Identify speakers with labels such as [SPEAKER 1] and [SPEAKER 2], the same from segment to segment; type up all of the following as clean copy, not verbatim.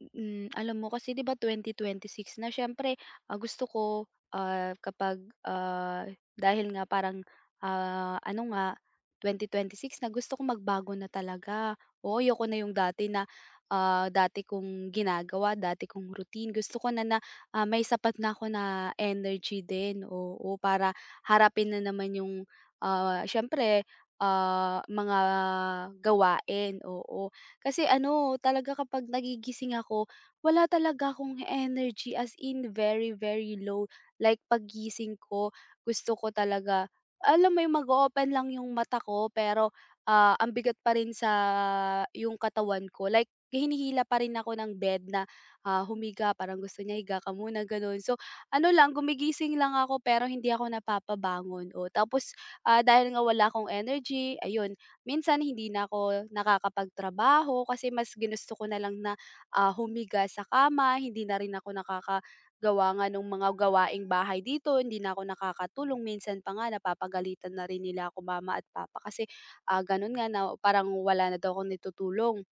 [SPEAKER 1] Alam mo kasi 'di ba 2026 na siyempre, gusto ko, kapag, dahil nga parang, ano nga 2026 na gusto ko magbago na talaga. Oo, ayoko na yung dati na, dati kong ginagawa, dati kong routine. Gusto ko na na, ah, may sapat na ako na energy din, oo, para harapin na naman yung, siyempre, mga gawain, oo. Kasi ano, talaga kapag nagigising ako, wala talaga akong energy as in very, very low. Like paggising ko, gusto ko talaga, alam mo yung mag-open lang yung mata ko, pero ang bigat pa rin sa yung katawan ko. Like, hinihila pa rin ako ng bed na humiga, parang gusto niya higa ka muna, ganun. So, ano lang, gumigising lang ako pero hindi ako napapabangon. O, tapos, dahil nga wala akong energy, ayun, minsan hindi na ako nakakapagtrabaho kasi mas ginusto ko na lang na, humiga sa kama, hindi na rin ako nakakagawa nga ng mga gawaing bahay dito, hindi na ako nakakatulong. Minsan pa nga napapagalitan na rin nila ako mama at papa kasi, gano'n nga na parang wala na daw akong naitutulong.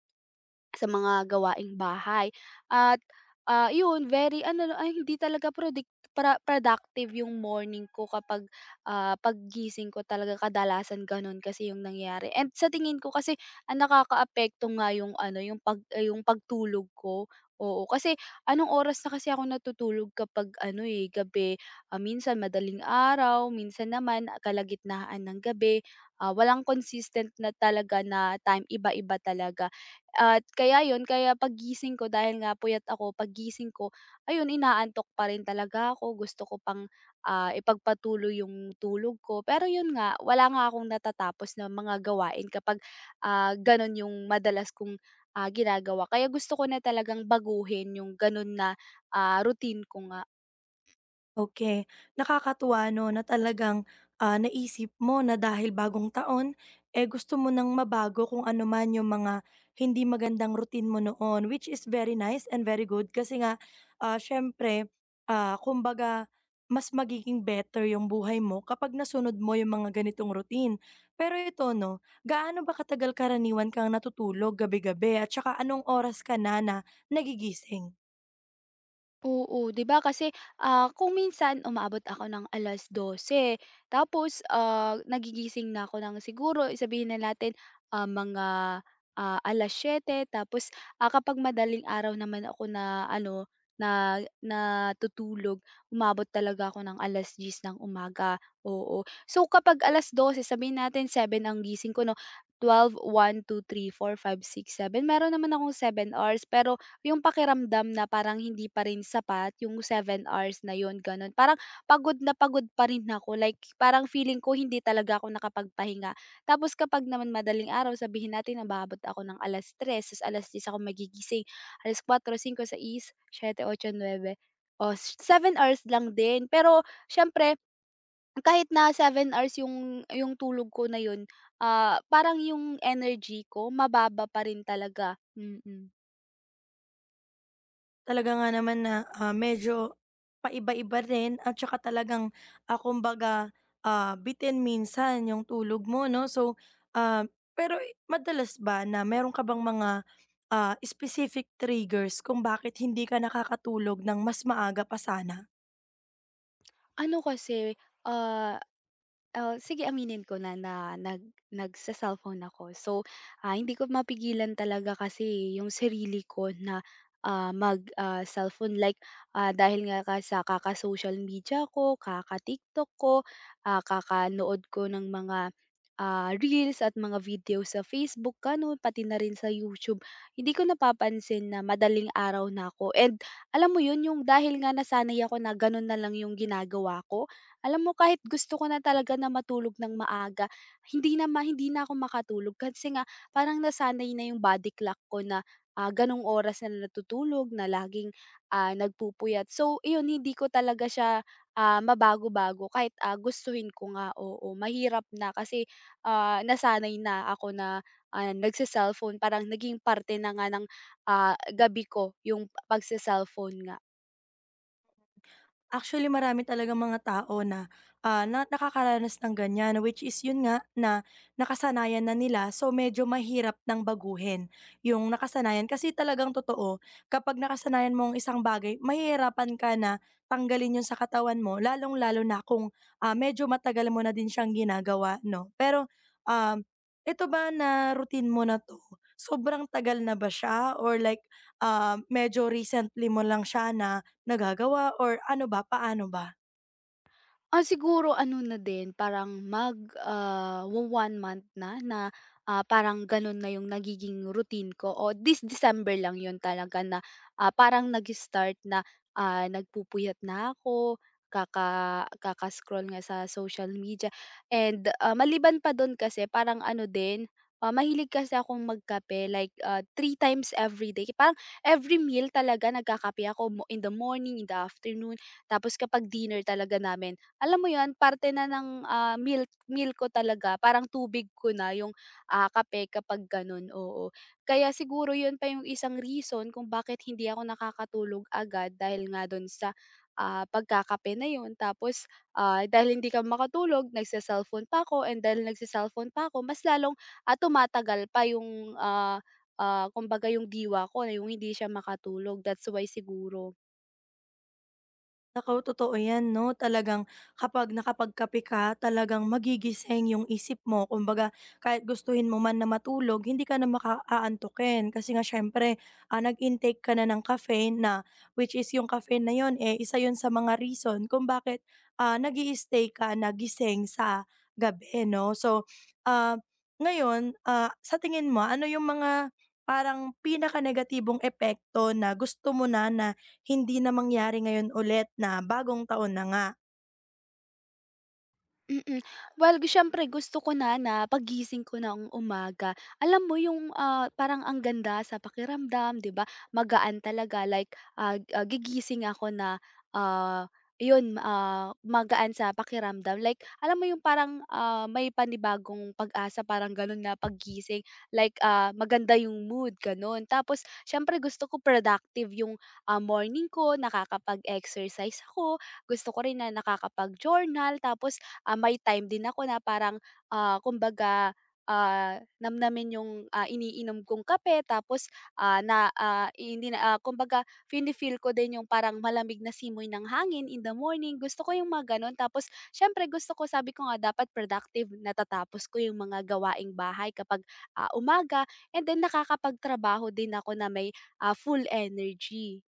[SPEAKER 1] Sa mga gawaing bahay at, yun very ano ay hindi talaga prodic pra productive yung morning ko kapag, paggising ko talaga kadalasan ganun kasi yung nangyayari and sa tingin ko kasi ang nakakaapekto nga yung ano yung yung pagtulog ko, oo. Kasi anong oras na kasi ako natutulog kapag ano, eh, gabi, minsan madaling araw, minsan naman kalagitnaan ng gabi, walang consistent na talaga na time, iba-iba talaga. At kaya yun, kaya pagising ko dahil nga puyat ako, pagising ko ayun inaantok pa rin talaga ako, gusto ko pang, ipagpatuloy yung tulog ko. Pero yun nga, wala nga akong natatapos na mga gawain kapag, ganun yung madalas kong, ginagawa. Kaya gusto ko na talagang baguhin yung ganun na, routine ko nga.
[SPEAKER 2] Okay, nakakatuwa 'no na talagang, naisip mo na dahil bagong taon, eh, gusto mo ng mabago kung ano man yung mga hindi magandang routine mo noon, which is very nice and very good kasi nga, siyempre, kumbaga mas magiging better yung buhay mo kapag nasunod mo yung mga ganitong routine. Pero ito 'no, gaano ba katagal karaniwan kang natutulog gabi-gabi at saka anong oras ka na na nagigising?
[SPEAKER 1] Oo, 'di ba kasi, kung minsan umaabot ako ng alas dose, tapos, nagigising na ako ng siguro sabihin na natin, mga, ah, 7:00 tapos, kapag madaling araw naman ako na ano, na natutulog, umabot talaga ako ng 10:00 ng umaga, oo. So kapag alas dose, sabihin natin seven ang gising ko 'no, twelve, one, two, three, four, five, six, seven, meron naman akong 7 hours pero yung pakiramdam na parang hindi pa rin sapat yung 7 hours na yun, gano'n. Parang pagod na pagod pa rin ako, like parang feeling ko hindi talaga ako nakapagpahinga. Tapos kapag naman madaling araw, sabihin natin nag-aabot ako ng 3:00 ta's 10:00 ako magigising. 4:00, 5:00, 6:00, 7:00, 8:00, 9:00. Oh, 7 hours lang din. Pero siyempre kahit na 7 hours yung tulog ko na yun, parang yung energy ko mababa pa rin talaga. Mm. Mm.
[SPEAKER 2] Talaga nga naman na, medyo paiba-iba rin at saka talagang, kumbaga, bitin minsan yung tulog mo 'no. So, ah, pero madalas ba na meron ka bang mga, specific triggers kung bakit hindi ka nakakatulog ng mas maaga pa sana?
[SPEAKER 1] Ano kasi, ah, sige aminin ko na na nagse-cellphone ako. So, hindi ko mapigilan talaga kasi yung sarili ko na, cellphone like, dahil nga ka sa kaka-social media ko, kaka-TikTok ko, kakanood ko ng mga, reels at mga video sa Facebook, gano'n, pati na rin sa YouTube. Hindi ko napapansin na madaling araw na ako and alam mo yun, yung dahil nga nasanay ako na ganun na lang yung ginagawa ko, alam mo kahit gusto ko na talaga na matulog ng maaga, hindi na ako makatulog kasi nga parang nasanay na yung body clock ko na, ganong oras na natutulog, na laging, nagpupuyat. So yun hindi ko talaga siya, mabago-bago kahit, gustuhin ko nga, oo. Mahirap na kasi, nasanay na ako na, nagse-cellphone parang naging parte na nga ng gabi ko yung pagse-cellphone nga.
[SPEAKER 2] Actually, marami talagang mga tao na, na nakakaranas ng ganyan, which is yun nga na nakasanayan na nila, so medyo mahirap ng baguhin yung nakasanayan. Kasi talagang totoo, kapag nakasanayan mo ang isang bagay, mahihirapan ka na tanggalin yun sa katawan mo, lalong-lalo na kung medyo matagal mo na din siyang ginagawa, no? Pero, um, ito ba na routine mo na to, sobrang tagal na ba siya or like, medyo recently mo lang siya na nagagawa or ano ba, paano ba?
[SPEAKER 1] Siguro ano na din parang mag, ah, wo-1 month na na, parang gano'n na 'yung nagiging routine ko o this December lang 'yun talaga na, parang nag-start na, nagpupuyat na ako, kaka-scroll nga sa social media and, maliban pa do'n kasi parang ano din, mahilig kasi akong magkape like, 3 times every day parang every meal talaga nagkakape ako mo in the morning, in the afternoon, tapos kapag dinner talaga namin alam mo 'yun, parte na ng, meal meal ko talaga, parang tubig ko na yung, kape kapag gano'n, oo. Kaya siguro 'yun pa yung isang reason kung bakit hindi ako nakakatulog agad dahil nga do'n sa, pagkakape na 'yun. Tapos, dahil hindi ka makatulog nagse-cellphone pa ako and dahil nagse-cellphone pa ako mas lalong, tumatagal pa yung, kumbaga yung diwa ko, na yung hindi siya makatulog, that's why siguro.
[SPEAKER 2] Naku, totoo 'yan 'no. Talagang kapag nakapagkape ka, talagang magigising yung isip mo. Kumbaga, kahit gustuhin mo man na matulog, hindi ka na kasi nga siyempre, nag-intake ka na ng caffeine na which is yung caffeine na 'yun, eh, isa yon sa mga reason kung bakit, nag stay ka na sa gabi 'no. So, ah, ngayon, sa tingin mo ano yung mga parang pinaka negatibong epekto na gusto mo na na hindi na mangyari ngayon ulit na bagong taon na nga.
[SPEAKER 1] Mm. Well, siyempre gusto ko na na paggising ko ng umaga, alam mo yung, parang ang ganda sa pakiramdam, 'di ba? Magaan talaga like, gigising ako na, ah, yun, magaan sa pakiramdam. Like alam mo yung parang, may panibagong pag-asa parang ganun na paggising, like, maganda yung mood ganun. Tapos siyempre gusto ko productive yung, morning ko, nakakapag-exercise ako, gusto ko rin na nakakapag-journal tapos may time din ako na parang, kumbaga, namnamin yung, iniinom kong kape tapos, hindi na, kumbaga feel ko din yung parang malamig na simoy ng hangin in the morning, gusto ko yung mga gano'n. Tapos siyempre gusto ko sabi ko nga dapat productive, natatapos ko yung mga gawaing bahay kapag, umaga and then nakakapagtrabaho din ako na may, full energy.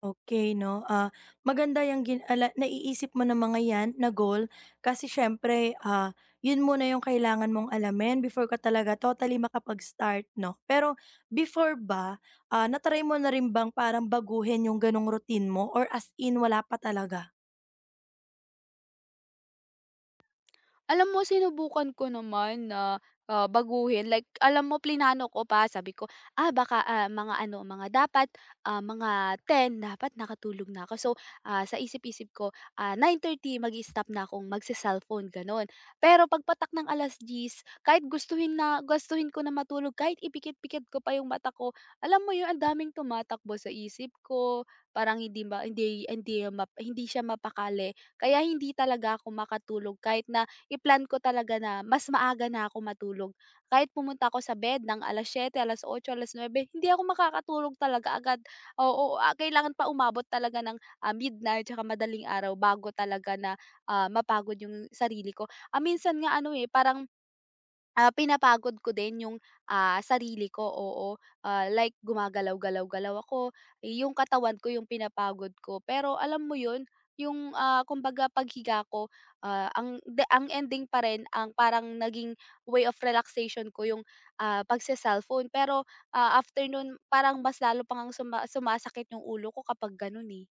[SPEAKER 2] Okay 'no. Maganda yung ala naiisip mo na mga 'yan na goal kasi siyempre, 'yun muna yung kailangan mong alamin before ka talaga totally makapag-start 'no. Pero before ba, na mo na rin bang parang baguhin yung gano'ng routine mo or as in wala pa talaga?
[SPEAKER 1] Alam mo sinubukan ko naman na, baguhin like alam mo plinano ko pa sabi ko, baka, mga ano mga dapat, mga ten dapat nakatulog na ako. So, sa isip-isip ko, 9:30 mag stop na akong magse-cellphone gano'n. Pero pagpatak ng 10:00 kahit gustuhin na gustuhin ko na matulog kahit ipikit-pikit ko pa yung mata ko, alam mo yun ang daming tumatakbo sa isip ko, parang hindi ma hindi hindi map hindi siya mapakali. Kaya hindi talaga ako makatulog kahit na i-plan ko talaga na mas maaga na ako matulog. Kahit pumunta ako sa bed ng 7:00, alas 9:00, hindi ako makakatulog talaga agad. Oo, kailangan pa umabot talaga ng, midnight tsaka madaling araw bago talaga na, mapagod yung sarili ko. Minsan nga ano, eh, parang pinapagod ko din yung, sarili ko, oo. Like gumagalaw-galaw-galaw ako, yung katawan ko yung pinapagod ko. Pero alam mo yun, yung, kumbaga paghiga ko, ang ending pa rin ang parang naging way of relaxation ko yung, pagse-cellphone. Pero, after nun parang mas lalo pang ngang sumasakit yung ulo ko kapag ganun, eh.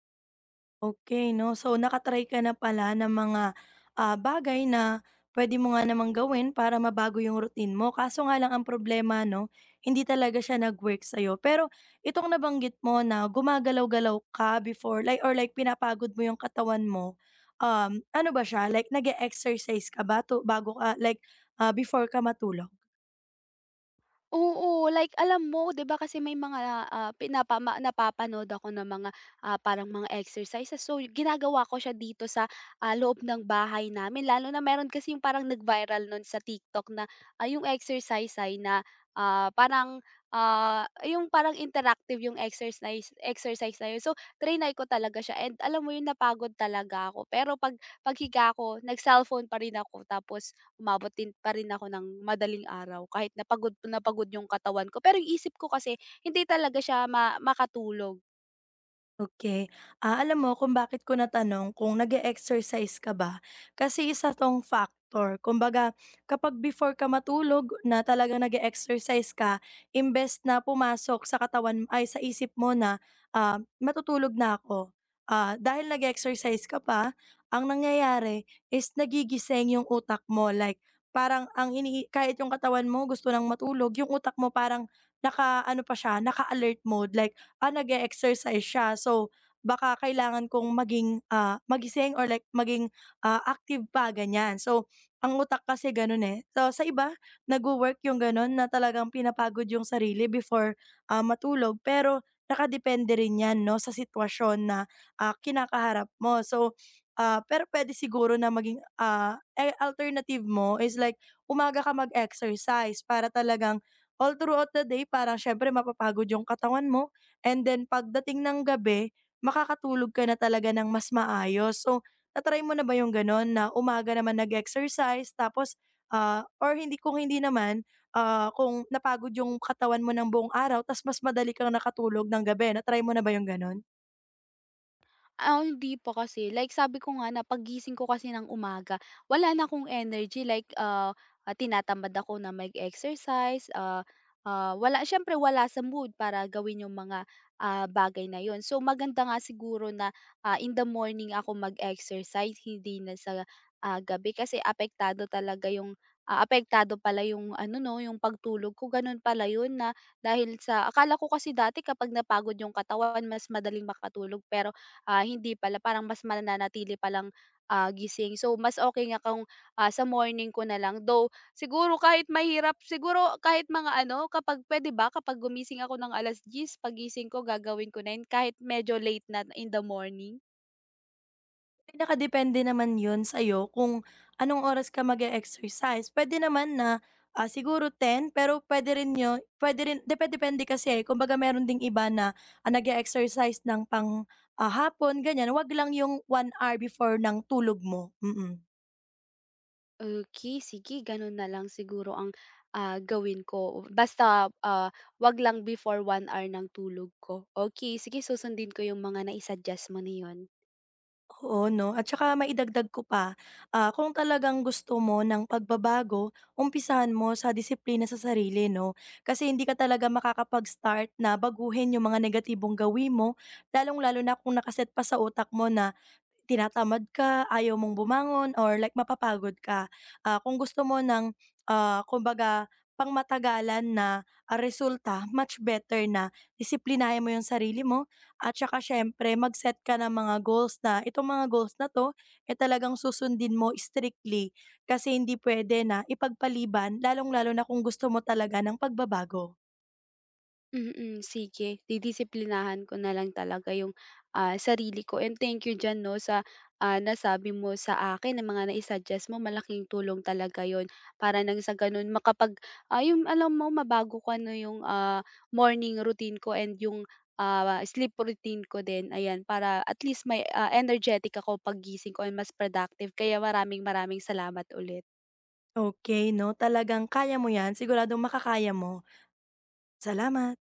[SPEAKER 2] Okay 'no. So naka na pala ng mga, bagay na pwede mo nga namang gawin para mabago yung routine mo. Kaso nga lang ang problema 'no, hindi talaga siya nag-work sa'yo. Pero itong nabanggit mo na gumagalaw-galaw ka before like or like pinapagod mo yung katawan mo, ano ba siya, like nag exercise ka ba bago ka like, before ka matulog?
[SPEAKER 1] Oo, like alam mo 'di ba kasi may mga, napapanood ako ng mga, parang mga exercises so ginagawa ko siya dito sa, loob ng bahay namin lalo na meron kasi yung parang nag-viral nun sa TikTok na, yung exercise ay na, ah, parang, ah, yung parang interactive yung exercise exercise na yun. So triny ko talaga siya and alam mo yun napagod talaga ako pero 'pag paghiga ko nag-cellphone pa rin ako tapos, umabot din pa rin ako ng madaling araw kahit na pagod yung katawan ko. Pero yung isip ko kasi hindi talaga siya makatulog.
[SPEAKER 2] Okay. Alam mo kung bakit ko natanong kung nag exercise ka ba, kasi isa 'tong factor. Kumbaga, kapag before ka matulog na talaga nag exercise ka, imbes na pumasok sa katawan ay sa isip mo na, matutulog na ako, dahil nag exercise ka pa, ang nangyayari is nagigising yung utak mo. Like, parang ang kahit yung katawan mo gusto nang matulog, yung utak mo parang naka ano pa siya, naka-alert mode. Like, nag exercise siya. So, baka kailangan kong maging, magising or like maging, active pa, ganyan. So, ang utak kasi gano'n, eh. So, sa iba nagwo-work yung gano'n na talagang pinapagod yung sarili before, matulog. Pero nakadepende rin 'yan 'no, sa sitwasyon na, kinakaharap mo. So, pero pwede siguro na maging, eh, alternative mo is like umaga ka mag-exercise para talagang all throughout the day parang siyempre mapapagod yung katawan mo and then pagdating ng gabi, makakatulog ka na talaga ng mas maayos. So, natry mo na ba yung gano'n na umaga naman nag-exercise tapos, or hindi kung hindi naman, kung napagod yung katawan mo ng buong araw ta's mas madali kang nakatulog ng gabi, natry mo na ba yung gano'n?
[SPEAKER 1] Hindi pa kasi. Like sabi ko nga na paggising ko kasi ng umaga, wala na akong energy like, tinatamad ako na mag-exercise, wala siyempre wala sa mood para gawin yung mga, bagay na yun. So maganda nga siguro na, in the morning ako mag-exercise hindi na sa, gabi kasi apektado talaga yung, apektado pala yung ano 'no, yung pagtulog ko ganun pala yun na dahil sa akala ko kasi dati kapag napagod yung katawan mas madaling makatulog pero hindi pala parang mas mananatili palang, gising. So, mas okay nga kung, sa morning ko na lang. Though, siguro kahit mahirap siguro kahit mga ano kapag pwede ba kapag gumising ako ng 10:00 pagising ko gagawin ko na yun kahit medyo late na in the morning?
[SPEAKER 2] Ay, nakadepende naman 'yun sa'yo kung anong oras ka mag exercise pwede naman na, siguro 10 pero puwede rin 'yu puwede rin dep- depende kasi, eh. Kumbaga meron ding iba na, nag exercise ng pang, hapon, ganyan wag lang 'yung 1 hour before ng tulog mo. Mm. Mm.
[SPEAKER 1] Okay sige ganun na lang siguro ang, gawin ko. Basta, 'wag lang before 1 hour ng tulog ko. Okay sige susundin ko yung mga nai-suggest mo na yun.
[SPEAKER 2] Oo 'no, at saka maidagdag ko pa, kung talagang gusto mo ng pagbabago, umpisahan mo sa disiplina sa sarili 'no. Kasi hindi ka talaga makakapag-start na baguhin yung mga negatibong gawin mo, lalong-lalo na kung nakaset pa sa utak mo na tinatamad ka, ayaw mong bumangon or like mapapagod ka. Kung gusto mo ng, kumbaga pangmatagalan na, resulta, much better na disiplinahin mo yung sarili mo at saka siyempre mag-set ka ng mga goals na itong mga goals na 'to, eh, talagang susundin mo strictly. Kasi hindi pwede na ipagpaliban lalong-lalo na kung gusto mo talaga ng pagbabago.
[SPEAKER 1] Mm, sige didisiplinahan ko na lang talaga yung, sarili ko and thank you diyan 'no sa, nasabi mo sa akin ng mga nai-suggest mo malaking tulong talaga yon. Para nang sa ganun makapag yung alam mo mabago ko ano yung, morning routine ko and yung, sleep routine ko din ayan para at least may, energetic ako paggising ko and mas productive kaya maraming maraming salamat ulit.
[SPEAKER 2] Okay 'no, talagang kaya mo 'yan, siguradong makakaya mo. Salamat.